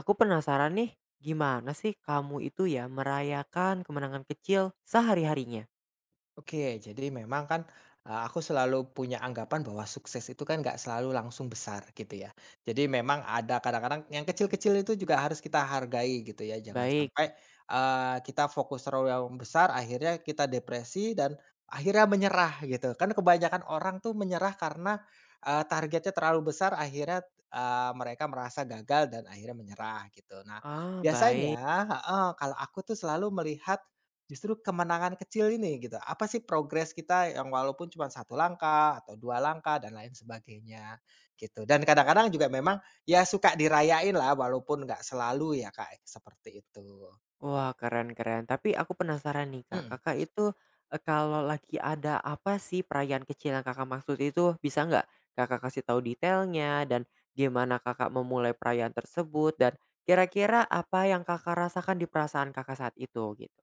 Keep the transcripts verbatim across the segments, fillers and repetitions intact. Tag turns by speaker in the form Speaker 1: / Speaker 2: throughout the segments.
Speaker 1: Aku penasaran nih, gimana sih kamu itu ya merayakan kemenangan kecil sehari-harinya?
Speaker 2: Oke, jadi memang kan, eee, aku selalu punya anggapan bahwa sukses itu kan nggak selalu langsung besar gitu ya. Jadi memang ada kadang-kadang yang kecil-kecil itu juga harus kita hargai gitu ya. Jangan
Speaker 1: Baik.
Speaker 2: sampai, eee, kita fokus terlalu yang besar akhirnya kita depresi dan akhirnya menyerah gitu. Kan kebanyakan orang tuh menyerah karena, eee, targetnya terlalu besar akhirnya, eee, mereka merasa gagal dan akhirnya menyerah gitu. Nah
Speaker 1: Ah,
Speaker 2: biasanya
Speaker 1: baik.
Speaker 2: heeh, kalau aku tuh selalu melihat, Justru kemenangan kecil ini gitu, apa sih progres kita yang walaupun cuma satu langkah atau dua langkah dan lain sebagainya, gitu. Dan kadang-kadang juga memang, ya suka dirayain lah walaupun nggak selalu ya, Kak, seperti itu.
Speaker 1: Wah, keren-keren. Tapi aku penasaran nih, Kak.
Speaker 2: Mhm.
Speaker 1: Kakak itu eh, kalau lagi ada apa sih perayaan kecil yang Kakak maksud itu, bisa nggak Kakak kasih tahu detailnya dan gimana Kakak memulai perayaan tersebut dan kira-kira apa yang Kakak rasakan di perasaan Kakak saat itu gitu?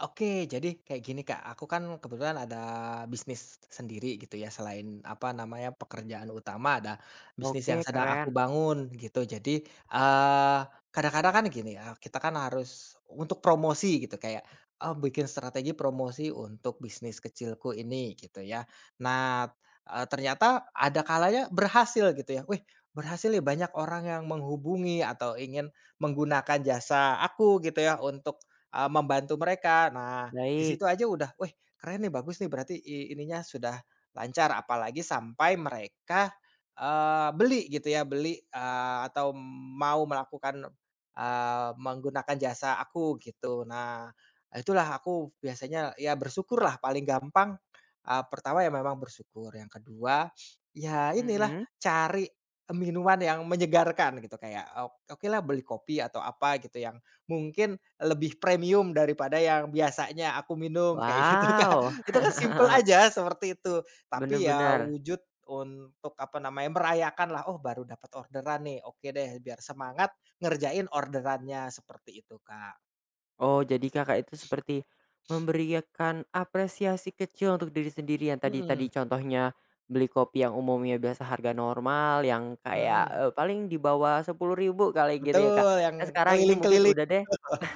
Speaker 2: Oke, jadi kayak gini Kak, aku kan kebetulan ada bisnis sendiri gitu ya, selain apa namanya, pekerjaan utama ada bisnis
Speaker 1: Oke,
Speaker 2: yang sedang
Speaker 1: keren.
Speaker 2: aku bangun gitu. Jadi, eee, kadang-kadang kan gini ya, kita kan harus untuk promosi gitu kayak, oh, bikin strategi promosi untuk bisnis kecilku ini gitu ya. Nah, eee, ternyata ada kalanya berhasil gitu ya, wih berhasil ya banyak orang yang menghubungi atau ingin menggunakan jasa aku gitu ya untuk eee, membantu mereka. Nah, di
Speaker 1: Baik.
Speaker 2: situ aja udah, "Wih, keren nih, bagus nih." Berarti i ininya sudah lancar, apalagi sampai mereka, eee, beli gitu ya, beli, eee, atau mau melakukan, eee, menggunakan jasa aku gitu. Nah, itulah aku biasanya ya bersyukur lah. paling gampang, eee, pertama ya memang bersyukur, yang kedua ya inilah
Speaker 1: Mm-mm.
Speaker 2: cari minuman yang menyegarkan gitu kayak o- oke lah beli kopi atau apa gitu yang mungkin lebih premium daripada yang biasanya aku minum kayak gitu, Kak.
Speaker 1: Wow,
Speaker 2: Itu kan simpel aja seperti itu, tapi ya
Speaker 1: bener-bener.
Speaker 2: wujud untuk apa namanya, merayakan lah, "Oh baru dapat orderan nih, oke deh," biar semangat ngerjain orderannya seperti itu, Kak.
Speaker 1: Oh, jadi Kakak itu seperti memberikan apresiasi kecil untuk diri sendiri yang tadi
Speaker 2: Mhm,
Speaker 1: tadi contohnya beli kopi yang umumnya biasa harga normal yang kayak,
Speaker 2: mhm.
Speaker 1: eee, paling di bawah sepuluh ribu kali gitu ya, Kak.
Speaker 2: Betul, yang
Speaker 1: Nah, sekarang ini mungkin
Speaker 2: keliling-keliling,
Speaker 1: udah deh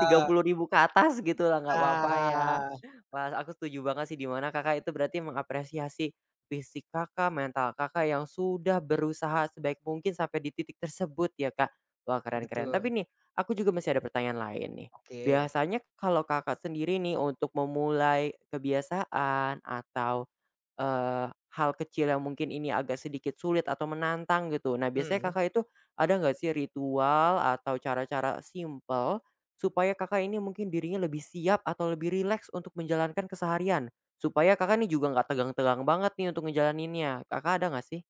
Speaker 1: tiga puluh ribu ke atas gitu lah, nggak apa-apa ya.
Speaker 2: Nah,
Speaker 1: Wah, aku setuju banget sih di mana Kakak itu berarti mengapresiasi fisik Kakak, mental Kakak yang sudah berusaha sebaik mungkin sampai di titik tersebut ya, Kak. Wah, keren-keren. Tapi
Speaker 2: betul.
Speaker 1: nih, aku juga masih ada pertanyaan lain nih.
Speaker 2: Oke,
Speaker 1: Biasanya kalau Kakak sendiri nih untuk memulai kebiasaan atau, eee, hal kecil yang mungkin ini agak sedikit sulit atau menantang gitu. Nah, biasanya
Speaker 2: mhm.
Speaker 1: Kakak itu ada nggak sih ritual atau cara-cara simple? Supaya Kakak ini mungkin dirinya lebih siap atau lebih rileks untuk menjalankan keseharian, supaya Kakak nih juga nggak tegang-tegang banget nih untuk ngejalaninnya. Kakak ada nggak sih?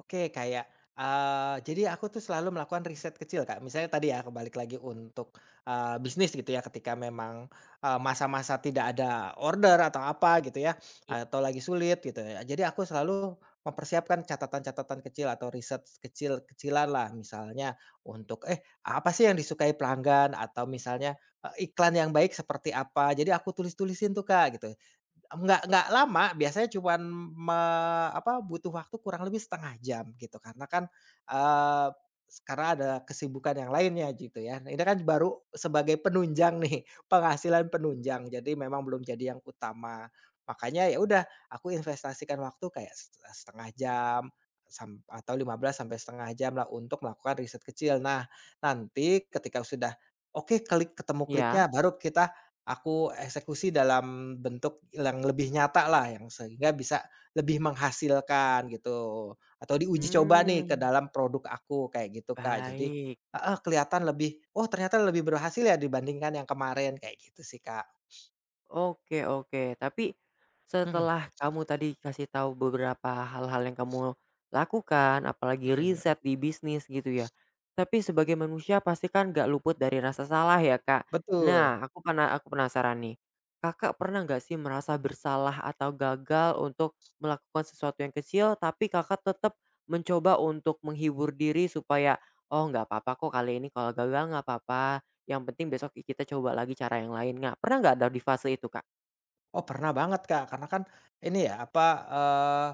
Speaker 2: Oke, kayak, eee, jadi aku tuh selalu melakukan riset kecil, Kak. Misalnya tadi ya, balik lagi untuk, eee, bisnis gitu ya, ketika memang, eee, masa-masa tidak ada order atau apa gitu ya, atau lagi sulit gitu ya. Jadi aku selalu mempersiapkan catatan-catatan kecil atau riset kecil-kecilan lah, misalnya untuk, eh, apa sih yang disukai pelanggan atau misalnya, eee, iklan yang baik seperti apa. Jadi aku tulis-tulisin tuh, Kak, gitu nggak nggak lama, biasanya cuman me apa, butuh waktu kurang lebih setengah jam gitu, karena kan, eee, karena ada kesibukan yang lainnya gitu ya. Nah, ini kan baru sebagai penunjang nih, penghasilan penunjang, jadi memang belum jadi yang utama. Makanya ya udah, aku investasikan waktu kayak se eee, jam, sam atau lima belas sampai setengah jam lah untuk melakukan riset kecil. Nah, nanti ketika sudah oke klik, ketemu kliknya,
Speaker 1: Iya.
Speaker 2: baru kita Aku eksekusi dalam bentuk yang lebih nyata lah, yang sehingga bisa lebih menghasilkan gitu, atau diuji coba nih ke
Speaker 1: Hmm.
Speaker 2: dalam produk aku kayak gitu, Kak. Jadi
Speaker 1: Baik.
Speaker 2: heeh, kelihatan lebih, "Oh ternyata lebih berhasil ya dibandingkan yang kemarin," kayak gitu sih, Kak.
Speaker 1: Oke, oke. Tapi,
Speaker 2: Mhm
Speaker 1: setelah kamu tadi kasih tahu beberapa hal-hal yang kamu lakukan, apalagi
Speaker 2: mhm mhm,
Speaker 1: riset di bisnis gitu ya. Tapi sebagai manusia pasti kan nggak luput dari rasa salah ya, Kak.
Speaker 2: betul.
Speaker 1: Nah, aku pernah aku penasaran nih. Kakak pernah nggak sih merasa bersalah atau gagal untuk melakukan sesuatu yang kecil, tapi Kakak tetap mencoba untuk menghibur diri supaya, "Oh nggak apa-apa kok kali ini kalau gagal nggak apa-apa." Yang penting besok kita coba lagi cara yang lain, nggak pernah nggak ada di fase itu, Kak?
Speaker 2: Oh pernah banget, Kak, karena kan ini ya, apa, eee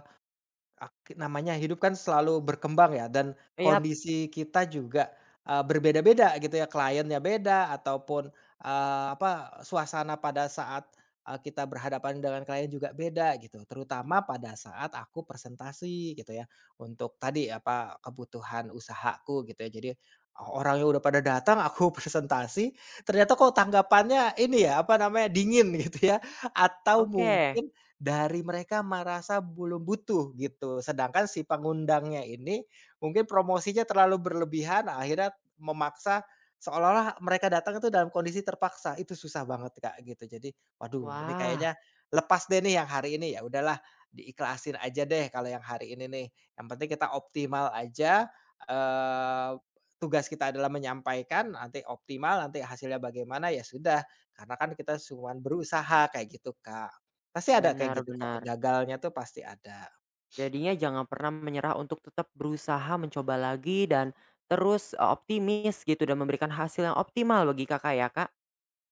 Speaker 2: Ak namanya hidup kan selalu berkembang ya dan
Speaker 1: Yap,
Speaker 2: kondisi kita juga, eee, berbeda-beda gitu ya, kliennya beda ataupun, eee, apa, suasana pada saat, eee, kita berhadapan dengan klien juga beda gitu. Terutama pada saat aku presentasi gitu ya, untuk tadi apa, kebutuhan usahaku gitu ya. Jadi o orangnya udah pada datang, aku presentasi, ternyata kok tanggapannya ini ya, apa namanya, dingin gitu ya, atau
Speaker 1: oke.
Speaker 2: mungkin dari mereka merasa belum butuh gitu, sedangkan si pengundangnya ini mungkin promosinya terlalu berlebihan, akhirnya memaksa seolah-olah mereka datang itu dalam kondisi terpaksa, itu susah banget, Kak, gitu. Jadi, waduh ini kayaknya
Speaker 1: Wah,
Speaker 2: lepas deh nih yang hari ini, ya udahlah diikhlasin aja deh kalau yang hari ini nih, yang penting kita optimal aja, eee, tugas kita adalah menyampaikan, nanti optimal, nanti hasilnya bagaimana, ya sudah, karena kan kita cuma berusaha, kayak gitu, Kak. Pasti ada kayak
Speaker 1: benar,
Speaker 2: gitu kok,
Speaker 1: benar.
Speaker 2: gagalnya tuh pasti ada.
Speaker 1: Jadinya jangan pernah menyerah untuk tetap berusaha mencoba lagi dan terus, eee, optimis gitu dan memberikan hasil yang optimal bagi Kakak ya, Kak?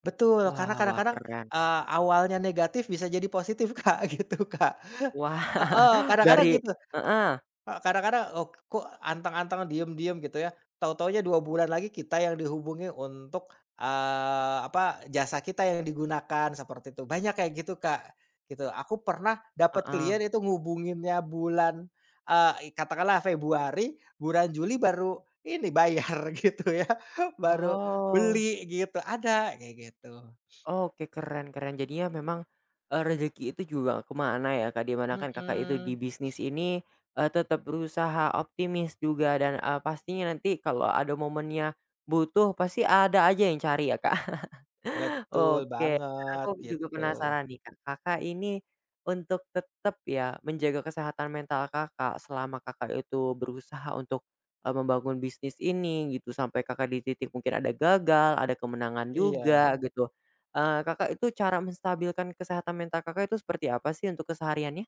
Speaker 2: Betul, karena
Speaker 1: Wah, wah,
Speaker 2: kadang-kadang,
Speaker 1: keren.
Speaker 2: eee, awalnya negatif bisa jadi positif Kak, gitu Kak.
Speaker 1: Wah,
Speaker 2: Heeh, kadang-kadang
Speaker 1: dari
Speaker 2: gitu
Speaker 1: heeh,
Speaker 2: Kak, kadang-kadang, oh, kok antang-antang, diem-diem gitu ya, tahu-tahunya dua bulan lagi kita yang dihubungi untuk, eee, apa, jasa kita yang digunakan, seperti itu. Banyak kayak gitu, Kak, gitu. Aku pernah dapat
Speaker 1: heeh.
Speaker 2: klien itu ngehubunginnya bulan, eee, i katakanlah Februari, bulan Juli baru ini, bayar gitu ya, baru
Speaker 1: Oh.
Speaker 2: beli gitu, ada kayak gitu.
Speaker 1: Oke, keren, keren. Jadinya memang, eee, rezeki itu juga kemana ya Kak, di mana kan Kakak itu di
Speaker 2: Mhm,
Speaker 1: bisnis ini, eee, tetap berusaha optimis juga dan, eee, pastinya nanti kalau ada momennya butuh pasti ada aja yang cari ya Kak?
Speaker 2: betul
Speaker 1: Oke. Nah,
Speaker 2: banget,
Speaker 1: aku juga
Speaker 2: gitu.
Speaker 1: penasaran nih Kak, Kakak ini untuk tetap ya menjaga kesehatan mental Kakak selama Kakak itu berusaha untuk, eee, membangun bisnis ini gitu sampai Kakak di titik mungkin ada gagal, ada kemenangan
Speaker 2: Iya.
Speaker 1: juga gitu, eee, Kakak itu cara menstabilkan kesehatan mental Kakak itu seperti apa sih untuk kesehariannya?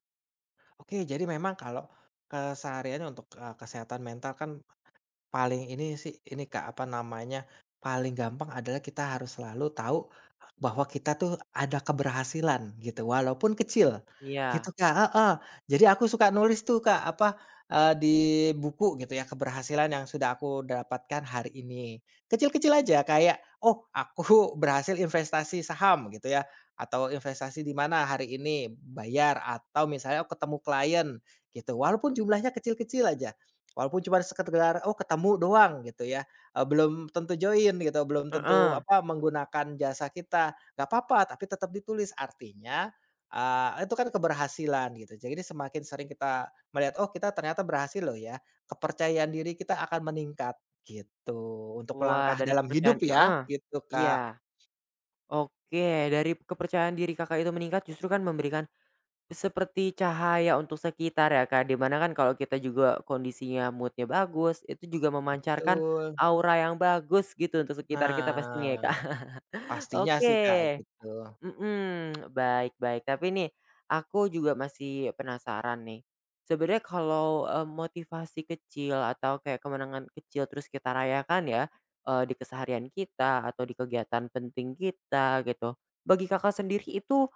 Speaker 2: Oke, jadi memang kalau kesehariannya untuk, eee, kesehatan mental kan Paling ini sih, ini Kak, apa namanya, paling gampang adalah kita harus selalu tahu bahwa kita tuh ada keberhasilan gitu, walaupun kecil,
Speaker 1: Iya,
Speaker 2: gitu Kak heeh. Jadi aku suka nulis tuh Kak, apa, eee, di buku gitu ya, keberhasilan yang sudah aku dapatkan hari ini. Kecil-kecil aja kayak, "Oh, aku berhasil investasi saham," gitu ya, atau "Investasi di mana hari ini, bayar," atau misalnya, aku "Ketemu klien," gitu. Walaupun jumlahnya kecil-kecil aja. Walaupun cuma sekedar, oh ketemu doang gitu ya, eee, belum tentu join gitu, belum tentu
Speaker 1: heeh,
Speaker 2: apa, menggunakan jasa kita, nggak apa-apa tapi tetap ditulis. Artinya, eee, itu kan keberhasilan gitu. Jadi semakin sering kita melihat, "Oh kita ternyata berhasil loh ya," kepercayaan diri kita akan meningkat gitu, untuk
Speaker 1: wah
Speaker 2: melangkah
Speaker 1: dari
Speaker 2: dalam
Speaker 1: kepercayaan
Speaker 2: hidup ya,
Speaker 1: heeh,
Speaker 2: gitu
Speaker 1: iya,
Speaker 2: Kak.
Speaker 1: oke, dari kepercayaan diri Kakak itu meningkat justru kan memberikan seperti cahaya untuk sekitar ya Kak, di mana kan kalau kita juga kondisinya moodnya bagus, itu juga memancarkan
Speaker 2: Betul.
Speaker 1: aura yang bagus gitu untuk sekitar kita pastinya ya Kak.
Speaker 2: Nah, pastinya sih Kak,
Speaker 1: Oke.
Speaker 2: gitu.
Speaker 1: Mhm, baik, baik. Tapi nih, aku juga masih penasaran nih. Sebenarnya kalau, eee, motivasi kecil atau kayak kemenangan kecil terus kita rayakan ya, eee, di keseharian kita atau di kegiatan penting kita gitu. Bagi Kakak sendiri itu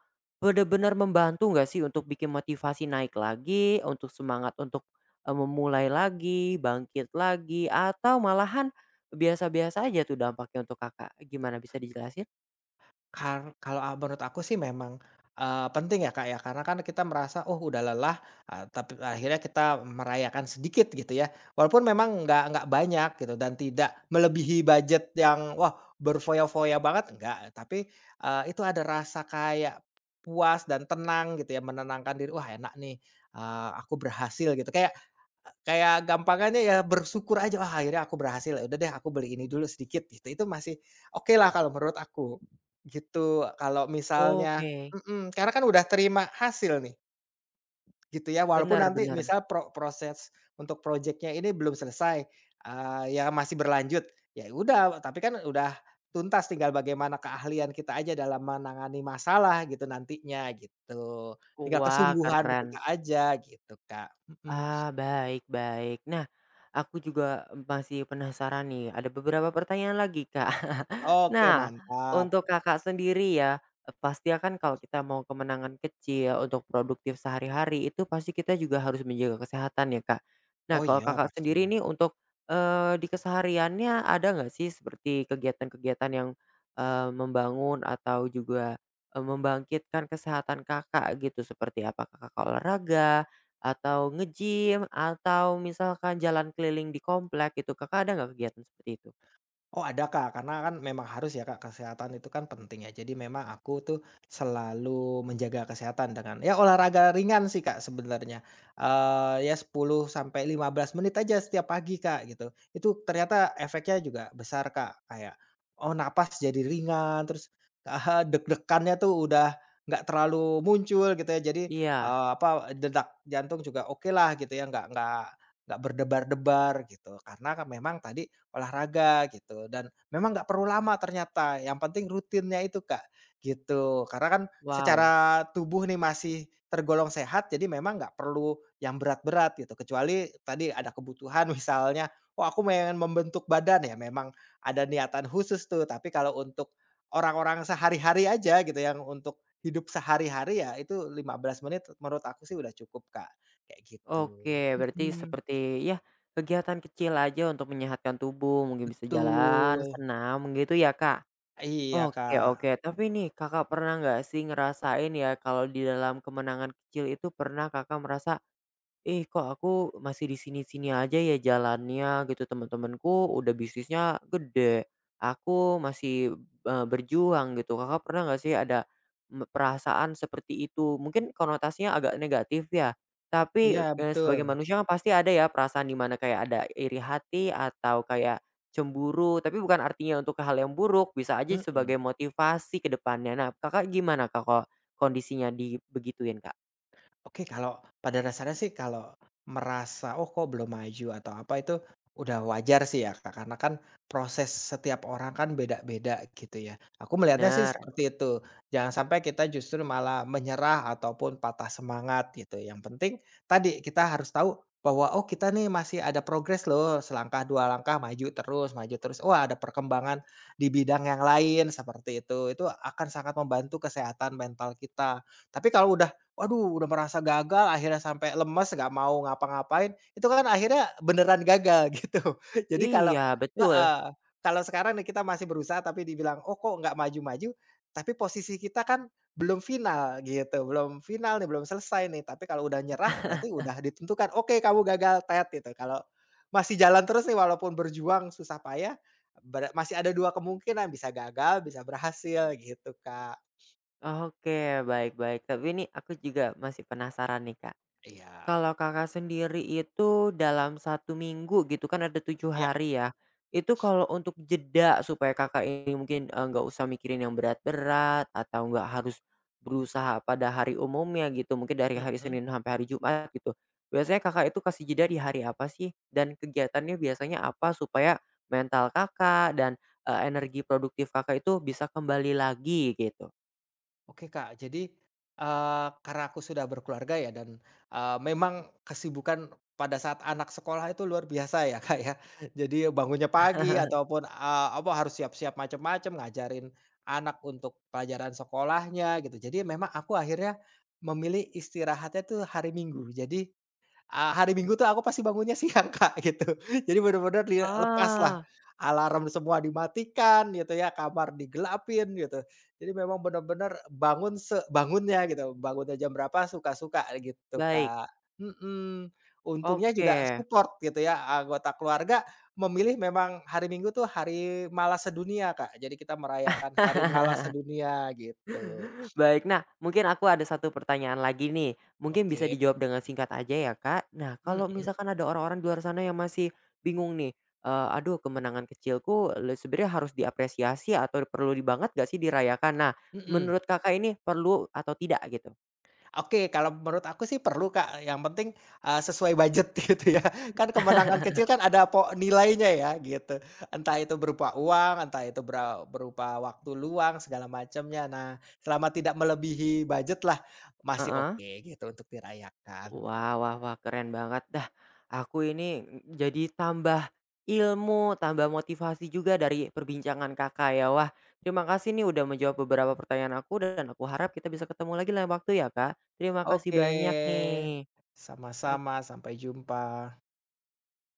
Speaker 1: benar-benar membantu nggak sih untuk bikin motivasi naik lagi, untuk semangat untuk, eee, memulai lagi, bangkit lagi, atau malahan biasa-biasa aja tuh dampaknya untuk Kakak? Gimana bisa dijelasin?
Speaker 2: Kar kalau a menurut aku sih memang, eee, penting ya, Kak, ya, karena kan kita merasa, oh udah lelah, eee, tapi akhirnya kita merayakan sedikit gitu ya. Walaupun memang nggak nggak banyak gitu dan tidak melebihi budget yang wah berfoya-foya banget, enggak. Tapi, eee, itu ada rasa kayak puas dan tenang gitu ya, menenangkan diri, "Wah enak nih, eee, aku berhasil," gitu. Kayak Kayak gampangannya ya bersyukur aja, "Wah, akhirnya aku berhasil, ya udah deh aku beli ini dulu sedikit," gitu. Itu masih oke lah kalau menurut aku, gitu. Kalau misalnya
Speaker 1: Oke.
Speaker 2: mhm, karena kan udah terima hasil nih, gitu ya, walaupun
Speaker 1: Bener,
Speaker 2: nanti
Speaker 1: bener.
Speaker 2: misal pro proses untuk projeknya ini belum selesai, eee, ya masih berlanjut, ya udah, tapi kan udah tuntas tinggal bagaimana keahlian kita aja dalam menangani masalah gitu nantinya, gitu. Tinggal
Speaker 1: Wah,
Speaker 2: kesungguhan
Speaker 1: keren.
Speaker 2: kita aja gitu, Kak, mhm.
Speaker 1: Ah, baik, baik. Nah, aku juga masih penasaran nih, ada beberapa pertanyaan lagi, Kak.
Speaker 2: Oke,
Speaker 1: Nah,
Speaker 2: mantap.
Speaker 1: untuk Kakak sendiri ya, eee, pasti kan kalau kita mau kemenangan kecil untuk produktif sehari-hari, itu pasti kita juga harus menjaga kesehatan ya, Kak. Nah,
Speaker 2: Oh
Speaker 1: kalau
Speaker 2: iya
Speaker 1: Kakak sendiri
Speaker 2: pastinya.
Speaker 1: ini untuk, eee, di kesehariannya ada nggak sih seperti kegiatan-kegiatan yang, eee, membangun atau juga, eee, membangkitkan kesehatan Kakak gitu, seperti apa Kakak olahraga atau nge-gym, atau misalkan jalan keliling di komplek gitu, Kakak ada nggak kegiatan seperti itu?
Speaker 2: Oh ada Kak, karena kan memang harus ya Kak, kesehatan itu kan penting ya. Jadi memang aku tuh selalu menjaga kesehatan dengan ya olahraga ringan sih Kak sebenarnya. Eee, ya sepuluh sampai lima belas menit aja setiap pagi Kak gitu. Itu ternyata efeknya juga besar Kak, kayak, oh napas jadi ringan, terus, eee, deg-degannya tuh udah nggak terlalu muncul gitu ya. Jadi,
Speaker 1: Iya,
Speaker 2: eee, apa, detak jantung juga oke lah gitu ya, nggak nggak nggak berdebar-debar gitu. Karena kan memang tadi Olahraga gitu dan memang nggak perlu lama ternyata yang penting rutinnya itu Kak, gitu. Karena kan
Speaker 1: wow.
Speaker 2: secara tubuh nih masih tergolong sehat jadi memang nggak perlu yang berat-berat gitu kecuali tadi ada kebutuhan misalnya, "Oh aku pengen membentuk badan," ya memang ada niatan khusus tuh tapi kalau untuk orang-orang sehari-hari aja gitu yang untuk hidup sehari-hari ya itu lima belas menit menurut aku sih udah cukup Kak, kayak gitu.
Speaker 1: Oke, berarti
Speaker 2: Mhm,
Speaker 1: seperti ya kegiatan kecil aja untuk menyehatkan tubuh, mungkin bisa jalan,
Speaker 2: betul,
Speaker 1: senam gitu ya, Kak?
Speaker 2: iya
Speaker 1: Oke, oke,
Speaker 2: Kak.
Speaker 1: tapi nih Kakak pernah nggak sih ngerasain ya kalau di dalam kemenangan kecil itu pernah Kakak merasa, "Ih, kok aku masih di sini-sini aja ya jalannya," gitu, "teman-temanku udah bisnisnya gede, aku masih, eee, berjuang," gitu. Kakak pernah nggak sih ada me perasaan seperti itu? Mungkin konotasinya agak negatif ya, tapi,
Speaker 2: Iya
Speaker 1: eee, sebagai
Speaker 2: betul,
Speaker 1: manusia kan pasti ada ya perasaan dimana kayak ada iri hati atau kayak cemburu, tapi bukan artinya untuk hal yang buruk, bisa aja
Speaker 2: mhm.
Speaker 1: sebagai motivasi ke depannya. Nah, Kakak gimana Kak, ko kondisinya dibegituin Kak?
Speaker 2: Oke, kalau pada dasarnya sih kalau merasa, "Oh, kok belum maju?" atau apa, itu udah wajar sih ya, Kak, karena kan proses setiap orang kan beda-beda gitu ya. Aku melihatnya sih
Speaker 1: Bener.
Speaker 2: seperti itu, jangan sampai kita justru malah menyerah ataupun patah semangat gitu, yang penting tadi kita harus tahu bahwa, "Oh, kita nih masih ada progres loh, selangkah, dua langkah, maju terus maju terus. Oh, ada perkembangan di bidang yang lain," seperti itu. Itu akan sangat membantu kesehatan mental kita. Tapi kalau Waduh, udah merasa gagal akhirnya sampai lemes, nggak mau ngapa-ngapain, itu kan akhirnya beneran gagal gitu. Jadi kalau
Speaker 1: Iya, betul.
Speaker 2: heeh, kalau sekarang nih kita masih berusaha tapi dibilang, "Oh kok nggak maju-maju?" Tapi posisi kita kan belum final gitu, belum final nih, belum selesai nih. Tapi kalau udah nyerah berarti udah ditentukan, "Oke kamu gagal, tet," gitu. Kalau masih jalan terus nih walaupun berjuang susah payah, bera masih ada dua kemungkinan, bisa gagal, bisa berhasil gitu, Kak.
Speaker 1: Oke, baik, baik. Tapi ini aku juga masih penasaran nih, Kak.
Speaker 2: Iya.
Speaker 1: Kalau Kakak sendiri itu dalam satu minggu gitu kan ada tujuh
Speaker 2: Iya,
Speaker 1: hari ya, itu kalau untuk jeda supaya Kakak ini mungkin, eee, nggak usah mikirin yang berat-berat atau nggak harus berusaha pada hari umumnya gitu, mungkin dari hari
Speaker 2: mhm.
Speaker 1: Senin sampai hari Jumat gitu. Biasanya Kakak itu kasih jeda di hari apa sih? Dan kegiatannya biasanya apa supaya mental Kakak dan, eee, energi produktif Kakak itu bisa kembali lagi gitu?
Speaker 2: Oke Kak, jadi, eee, karena aku sudah berkeluarga ya dan, eee, memang kesibukan pada saat anak sekolah itu luar biasa ya Kak ya. Jadi bangunnya pagi ataupun, eee, apa harus siap-siap macam-macam, ngajarin anak untuk pelajaran sekolahnya gitu. Jadi memang aku akhirnya memilih istirahatnya tuh hari Minggu. Jadi, Eee, hari Minggu tuh aku pasti bangunnya siang, Kak, gitu. Jadi bener-bener di lepas lah.
Speaker 1: Ah,
Speaker 2: alarm semua dimatikan gitu ya, kamar digelapin gitu. Jadi memang bener-bener bangun sebangunnya gitu, bangunnya jam berapa suka-suka gitu,
Speaker 1: baik.
Speaker 2: Kak. Mhm, untungnya juga
Speaker 1: Oke.
Speaker 2: support gitu ya, anggota keluarga memilih memang hari Minggu tuh hari malas sedunia, Kak. Jadi kita merayakan hari malas sedunia gitu.
Speaker 1: Baik. Nah, mungkin aku ada satu pertanyaan lagi nih. Mungkin bisa
Speaker 2: Oke.
Speaker 1: dijawab dengan singkat aja ya, Kak. Nah,
Speaker 2: Mhm
Speaker 1: kalau misalkan ada orang-orang di luar sana yang masih bingung nih, eee, "Aduh, kemenangan kecilku le sebenarnya harus diapresiasi atau perlu di banget gak sih dirayakan?" Nah,
Speaker 2: mhm.
Speaker 1: menurut Kakak ini perlu atau tidak gitu?
Speaker 2: Oke, kalau menurut aku sih perlu, Kak. Yang penting, eee, sesuai budget gitu ya. Kan kemenangan kecil kan ada po nilainya ya gitu. Entah itu berupa uang, entah itu bera berupa waktu luang segala macamnya. Nah, selama tidak melebihi budget lah, masih
Speaker 1: Heeh.
Speaker 2: oke gitu untuk dirayakan.
Speaker 1: Wah, wah, wah, keren banget dah. Aku ini jadi tambah ilmu, tambah motivasi juga dari perbincangan Kakak ya. Wah, terima kasih nih udah menjawab beberapa pertanyaan aku dan aku harap kita bisa ketemu lagi lain waktu ya, Kak. Terima kasih
Speaker 2: Oke,
Speaker 1: banyak nih.
Speaker 2: sama-sama, sampai jumpa.